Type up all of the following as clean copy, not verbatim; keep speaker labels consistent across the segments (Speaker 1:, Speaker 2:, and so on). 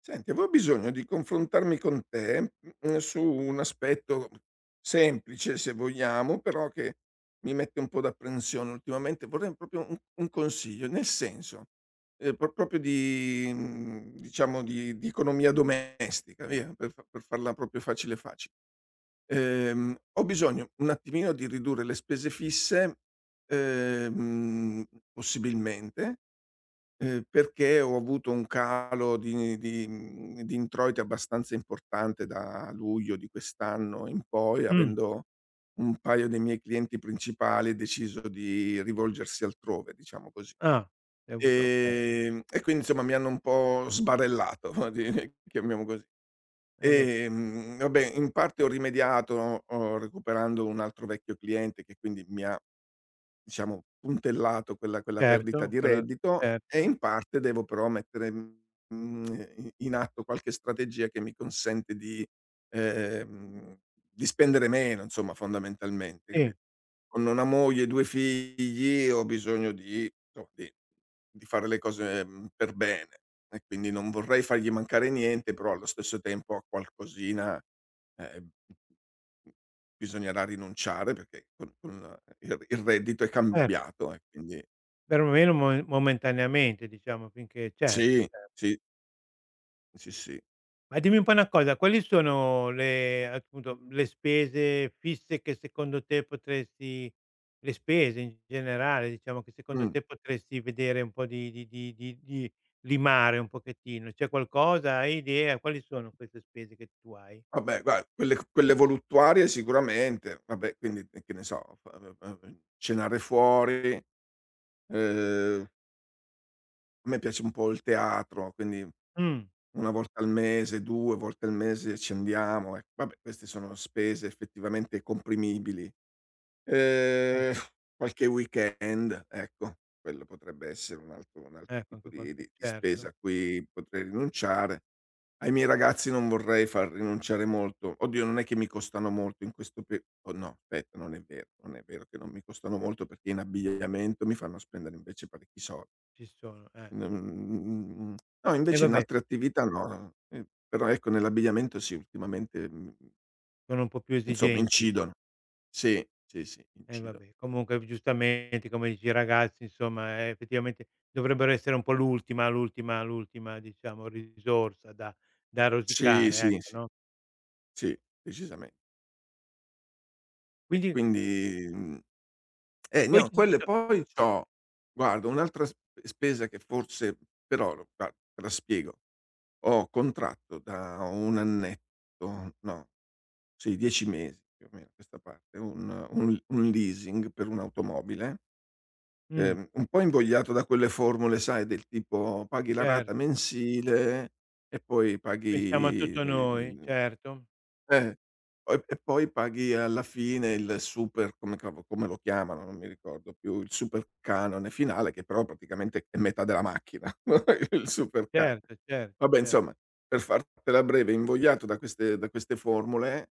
Speaker 1: Senti, avevo bisogno di confrontarmi con te, mhmm, su un aspetto semplice, se vogliamo, però che mi mette un po' d'apprensione ultimamente. Vorrei proprio un consiglio, nel senso, proprio di diciamo di economia domestica, via, per fa per farla proprio facile, facile. Ho bisogno un attimino di ridurre le spese fisse, ehm, possibilmente. Perché ho avuto un calo di di introiti abbastanza importante da luglio di quest'anno in poi,
Speaker 2: Mh.
Speaker 1: avendo un paio dei miei clienti principali deciso di rivolgersi altrove, diciamo così.
Speaker 2: Ah, hai avuto, okay.
Speaker 1: E quindi insomma mi hanno un po' sbarellato, chiamiamo così.
Speaker 2: Eh beh,
Speaker 1: Vabbè, in parte ho rimediato, recuperando un altro vecchio cliente che quindi mi ha diciamo, puntellato quella perdita
Speaker 2: certo,
Speaker 1: di
Speaker 2: quella,
Speaker 1: reddito e
Speaker 2: certo.
Speaker 1: in parte devo però mettere, mhmm, i in atto qualche strategia che mi consente ehm, di spendere meno insomma fondamentalmente, capi.
Speaker 2: Sì,
Speaker 1: Con una moglie e 2 figli ho bisogno di insomma di fare le cose, mhmm, per bene e quindi non vorrei fargli mancare niente, però allo stesso tempo ho qualcosina, ehm, bisognerà rinunciare perché con il reddito è
Speaker 2: cer
Speaker 1: cambiato e quindi
Speaker 2: perlomeno mo momentaneamente, diciamo, finché, certo,
Speaker 1: sì,
Speaker 2: certo.
Speaker 1: sì, sì, sì.
Speaker 2: Ma dimmi un po' una cosa, quali sono le spese fisse che secondo te potresti, le spese in generale, diciamo, che secondo
Speaker 1: Mh.
Speaker 2: te potresti vedere un po' di limare un pochettino? C'è qualcosa? Hai idea? Quali sono queste spese che tu hai?
Speaker 1: Vabbè guarda quelle voluttuarie sicuramente, vabbè quindi che ne so, cenare fuori, ehm, a me piace un po' il teatro, quindi
Speaker 2: Mh.
Speaker 1: 1 volta al mese, 2 volte al mese ci andiamo, ecco. Vabbè queste sono spese effettivamente comprimibili. Ehm,
Speaker 2: Ecco,
Speaker 1: Qualche weekend, ecco, quello potrebbe essere un altro
Speaker 2: ecco,
Speaker 1: tipo
Speaker 2: anche qualche,
Speaker 1: di
Speaker 2: certo,
Speaker 1: spesa a cui potrei rinunciare. Ai miei ragazzi non vorrei far rinunciare molto. Oddio, non è che mi costano molto in questo pe oh no, aspetta, non è vero, non è vero che non mi costano molto perché in abbigliamento mi fanno spendere invece parecchi soldi.
Speaker 2: ci sono, eh.
Speaker 1: Mhmm, no,
Speaker 2: E
Speaker 1: invece in
Speaker 2: vabbè,
Speaker 1: altre attività no, però ecco nell'abbigliamento sì, ultimamente, mhmm,
Speaker 2: sono un po' più
Speaker 1: insomma
Speaker 2: esigenti.
Speaker 1: incidono. Sì, sì, sì,
Speaker 2: E
Speaker 1: incidono.
Speaker 2: vabbè, comunque giustamente come dici i ragazzi, insomma, effettivamente dovrebbero essere un po' l'ultima diciamo risorsa da
Speaker 1: Sì,
Speaker 2: rosicare,
Speaker 1: sì,
Speaker 2: ecco,
Speaker 1: sì.
Speaker 2: no,
Speaker 1: Sì, decisamente. E
Speaker 2: quindi
Speaker 1: quindi, mhmm,
Speaker 2: e poi
Speaker 1: no,
Speaker 2: ci
Speaker 1: quello e
Speaker 2: so
Speaker 1: poi c'ho, guarda, un'altra s spesa che forse, però lo guarda, te la spiego. Ho contratto da 1 annetto, no, sì, 10 mesi più o meno a questa parte, un leasing per un'automobile,
Speaker 2: mh,
Speaker 1: un po' invogliato da quelle formule, sai, del tipo paghi la
Speaker 2: cer
Speaker 1: rata mensile e poi
Speaker 2: pensiamo a
Speaker 1: paghi
Speaker 2: tutto noi,
Speaker 1: ehm.
Speaker 2: certo,
Speaker 1: Eh, poi paghi alla fine il super come cavo come lo chiamano, non mi ricordo più, il super canone finale che però praticamente è metà della macchina, il super ca
Speaker 2: certo, certo,
Speaker 1: vabbè
Speaker 2: cer
Speaker 1: insomma, per fartela breve, invogliato da queste formule,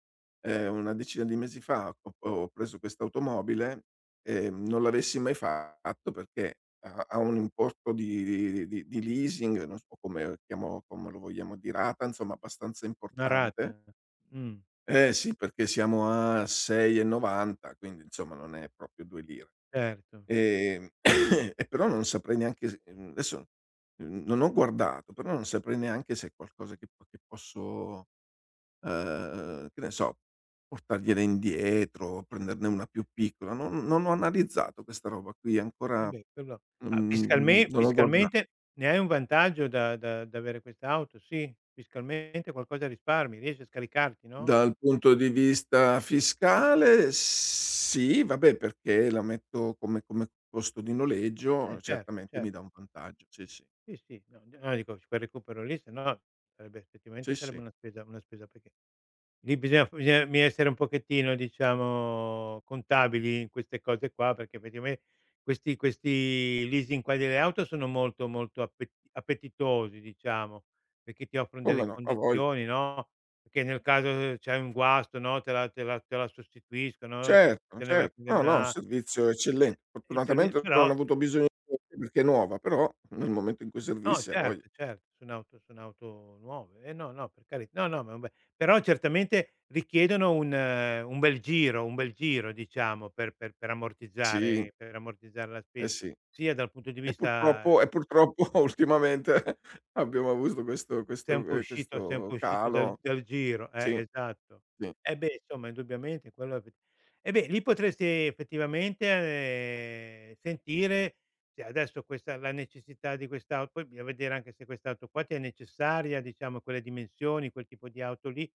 Speaker 1: una decina di mesi fa ho preso quest'automobile, non l'avessi mai fatto perché ha un importo di leasing, non so come chiamo come lo vogliamo di rata, insomma abbastanza
Speaker 2: una
Speaker 1: importante.
Speaker 2: rata. Mh,
Speaker 1: Eh sì, perché siamo a 6,90, quindi insomma non è proprio 2 lire.
Speaker 2: certo.
Speaker 1: Ehm, e però non saprei neanche adesso, mhmm, non ho guardato, però non saprei neanche se è qualcosa che posso, che ne so, portargliela indietro, prenderne una più piccola. Non ho analizzato questa roba qui,
Speaker 2: Eh
Speaker 1: ancora,
Speaker 2: beh, quello ma
Speaker 1: mhmm,
Speaker 2: fiscalme
Speaker 1: non ho guarda.
Speaker 2: Fiscalmente ne hai un vantaggio da d'avere quest'auto? Sì, fiscalmente qualcosa risparmi, riesci a scaricarti, no,
Speaker 1: Dal punto di vista fiscale sì, vabbè perché la metto come come costo di
Speaker 2: eh
Speaker 1: noleggio,
Speaker 2: certo,
Speaker 1: certamente mi dà
Speaker 2: certo.
Speaker 1: un vantaggio, sì, sì.
Speaker 2: Sì, sì, no, no, dico quel recupero lì, sennò sarebbe effettivamente,
Speaker 1: Sì,
Speaker 2: sarebbe
Speaker 1: sì,
Speaker 2: una spesa, una spesa peche lì bisogna, bisogna mi essere un pochettino, diciamo, contabili in queste cose qua, perché effettivamente questi leasing qua delle auto sono molto, molto appetitosi, diciamo, perché ti offrono
Speaker 1: come
Speaker 2: delle
Speaker 1: no, ha voglia.
Speaker 2: condizioni, no, perché nel caso c'hai un guasto, no, te la sostituiscono,
Speaker 1: Certo,
Speaker 2: te ne vai a
Speaker 1: certo.
Speaker 2: prendere
Speaker 1: No, no, un
Speaker 2: una
Speaker 1: servizio eccellente.
Speaker 2: e il servi
Speaker 1: Fortunatamente non ho
Speaker 2: però
Speaker 1: avuto bisogno di niente perché è nuova, però nel momento in cui
Speaker 2: no,
Speaker 1: servisse, ha voglia.
Speaker 2: certo, certo, sono auto, sono auto nuove. No, no, per cari, no, no, ma vabbè. Però certamente richiedono un bel giro, diciamo, per
Speaker 1: Sì,
Speaker 2: ammortizzare, la
Speaker 1: eh
Speaker 2: spesa,
Speaker 1: sì.
Speaker 2: sia dal punto di
Speaker 1: E
Speaker 2: vista.
Speaker 1: purtroppo e purtroppo ultimamente abbiamo avuto questo
Speaker 2: Sei un po' uscito sei un po'
Speaker 1: questo
Speaker 2: uscito dal
Speaker 1: calo,
Speaker 2: giro,
Speaker 1: sì,
Speaker 2: esatto.
Speaker 1: sì,
Speaker 2: Eh beh, insomma indubbiamente quello effe E beh, lì potresti effettivamente, sentire se adesso questa la necessità di quest'au poi bisogna vedere anche se quest'auto qua ti è necessaria, diciamo quelle dimensioni, quel tipo di auto lì.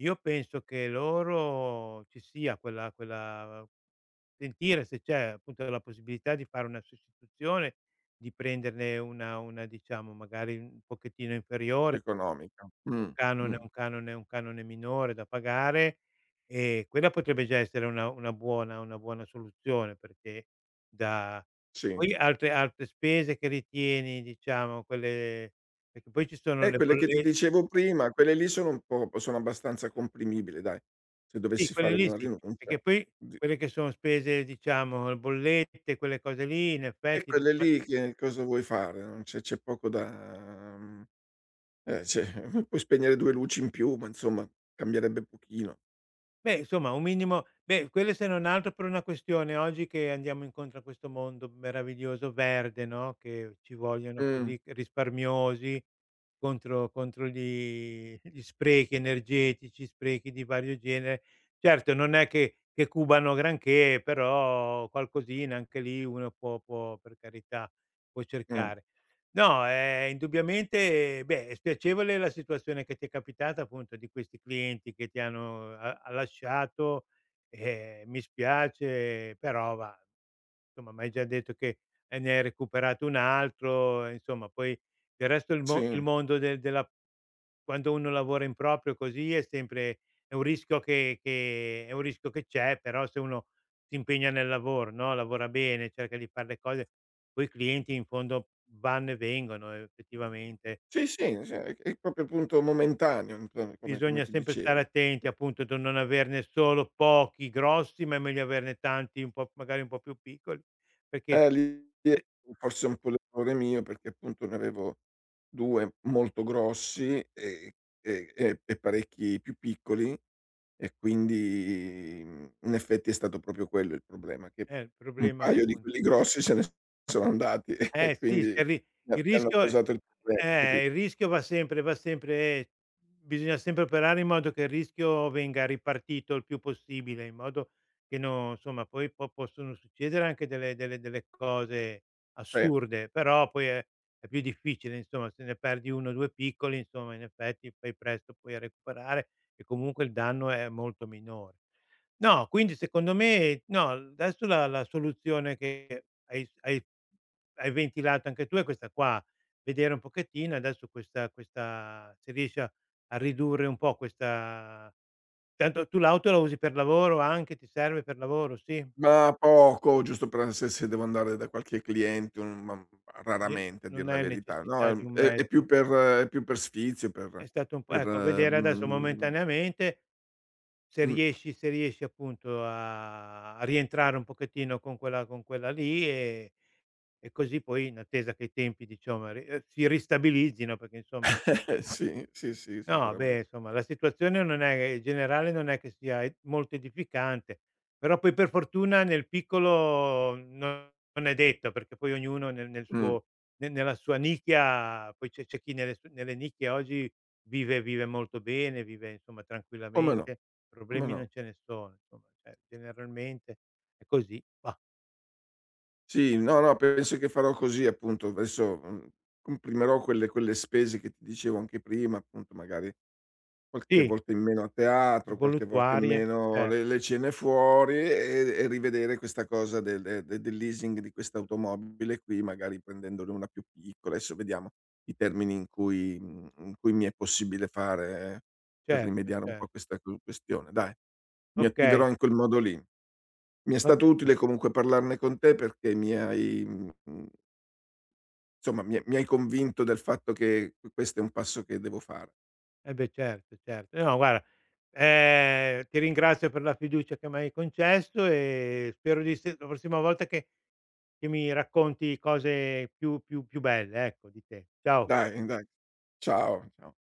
Speaker 2: Io penso che loro ci sia quella quella sentire se c'è appunto la possibilità di fare una sostituzione, di prenderne una, diciamo magari un pochettino inferiore,
Speaker 1: economico.
Speaker 2: canone
Speaker 1: Mh,
Speaker 2: un canone un canone minore da pagare, e quella potrebbe già essere una buona, una buona soluzione, perché da
Speaker 1: sì.
Speaker 2: poi altre, altre spese che ritieni, diciamo, quelle, perché poi ci sono le
Speaker 1: Quelle che ti
Speaker 2: bolle,
Speaker 1: dicevo prima, quelle lì sono un po', sono abbastanza comprimibili dai, se
Speaker 2: sì,
Speaker 1: dovessi
Speaker 2: quelle
Speaker 1: fare
Speaker 2: lì
Speaker 1: una
Speaker 2: sì, perché
Speaker 1: rinuncia.
Speaker 2: poi
Speaker 1: Di,
Speaker 2: quelle che sono spese, diciamo, bollette, quelle cose lì in
Speaker 1: e
Speaker 2: effetti.
Speaker 1: quelle lì che cosa vuoi fare? Non c'è, c'è poco da mhmm, cioè puoi spegnere 2 luci in più, ma insomma cambierebbe pochino.
Speaker 2: Beh, insomma, un minimo, beh, quello, se non altro, per una questione oggi che andiamo incontro a questo mondo meraviglioso verde, no, che ci vogliono
Speaker 1: Mh,
Speaker 2: così risparmiosi contro gli sprechi energetici, sprechi di vario genere. Certo, non è che cubano granché, però qualcosina anche lì uno può, per carità, può
Speaker 1: mh,
Speaker 2: cercare. No, indubbiamente, beh, è spiacevole la situazione che ti è capitata, appunto, di questi clienti che ti hanno ha ha lasciato, mi spiace, però va. Insomma, m'hai già detto che, ne hai recuperato un altro, e insomma poi del resto il
Speaker 1: sì.
Speaker 2: mondo della, quando uno lavora in proprio così, è sempre, è un rischio che è un rischio che c'è, però se uno si impegna nel lavoro, no, lavora bene, cerca di far le cose, poi i clienti in fondo vanno e vengono, effettivamente.
Speaker 1: Sì, sì, cioè è proprio appunto momentaneo, come come
Speaker 2: Bisogna
Speaker 1: ti
Speaker 2: sempre stare
Speaker 1: dicevo.
Speaker 2: attenti, appunto, da non averne solo pochi grossi, ma è meglio averne tanti, un po' magari un po' più piccoli, perché
Speaker 1: Lì è forse un po' l'errore mio, perché appunto ne avevo 2 molto grossi e parecchi più piccoli, e quindi, mhmm, in effetti è stato proprio quello il problema, che
Speaker 2: Il
Speaker 1: un
Speaker 2: problema
Speaker 1: paio di
Speaker 2: appunto
Speaker 1: quelli grossi se ne sono andati e
Speaker 2: eh sì,
Speaker 1: quindi
Speaker 2: se ri il
Speaker 1: mi hanno
Speaker 2: rischio,
Speaker 1: causato il problema, capito?
Speaker 2: il rischio va sempre, bisogna sempre operare in modo che il rischio venga ripartito il più possibile, in modo che non, insomma, poi po possono succedere anche delle cose
Speaker 1: Eh.
Speaker 2: assurde, però poi è più difficile, insomma, se ne perdi 1 o 2 piccoli, insomma, in effetti fai presto poi a recuperare, e comunque il danno è molto minore. No, quindi secondo me, no, adesso la soluzione che hai, hai ventilato anche tu è questa qua, vedere un pochettino adesso questa, se riesci a ridurre un po' questa, tanto tu l'auto la usi per lavoro anche? Ti serve per lavoro, sì?
Speaker 1: Ma poco, giusto per, se se devo andare da qualche cliente, un ma
Speaker 2: Di
Speaker 1: raramente a dir
Speaker 2: non
Speaker 1: la
Speaker 2: hai
Speaker 1: verità. No,
Speaker 2: necessità di un
Speaker 1: è
Speaker 2: mezzo.
Speaker 1: più per, è più per sfizio,
Speaker 2: È stato un po',
Speaker 1: per
Speaker 2: ecco, vedere adesso
Speaker 1: mhmm,
Speaker 2: momentaneamente se
Speaker 1: mh.
Speaker 2: riesci, appunto a rientrare un pochettino con quella, con quella lì, e così poi in attesa che i tempi, diciamo, ri si ristabilizzino, perché insomma.
Speaker 1: Sì, sì, sì,
Speaker 2: No, beh,
Speaker 1: sicuramen.
Speaker 2: insomma, la situazione non è che generale, non è che sia e molto edificante, però poi per fortuna nel piccolo non, non è detto, perché poi ognuno nel
Speaker 1: Mh,
Speaker 2: suo, ne nella sua nicchia, poi c'è chi nelle su nelle nicchie oggi vive, molto bene, vive insomma
Speaker 1: come no,
Speaker 2: tranquillamente,
Speaker 1: come
Speaker 2: problemi
Speaker 1: no.
Speaker 2: non ce ne sono, insomma, cioè generalmente è così. Mah,
Speaker 1: Sì, no, no, penso che farò così appunto. Adesso, mhmm, comprimerò quelle spese che ti dicevo anche prima, appunto magari qualche
Speaker 2: sì,
Speaker 1: volta in meno a
Speaker 2: le
Speaker 1: teatro, qualche volta in
Speaker 2: voluttuarie,
Speaker 1: meno
Speaker 2: cer
Speaker 1: le cene fuori e rivedere questa cosa del de de del leasing di questa automobile qui, magari prendendone una più piccola. Adesso vediamo i termini in cui mhmm, in cui mi è possibile fare, per
Speaker 2: certo,
Speaker 1: rimediare un po'
Speaker 2: cer
Speaker 1: a questa q questione. Dai, mi
Speaker 2: okay,
Speaker 1: attiverò in quel modo lì. Mi è
Speaker 2: va
Speaker 1: stato
Speaker 2: bene.
Speaker 1: utile comunque parlarne con te perché mi hai mhmm, insomma mi hai convinto del fatto che questo è un passo che devo fare.
Speaker 2: Eh beh, certo, certo. No guarda, ti ringrazio per la fiducia che m'hai concesso e spero di se la prossima volta che mi racconti cose più belle, ecco, di te. Ciao.
Speaker 1: Dai, dai. Ciao, ciao.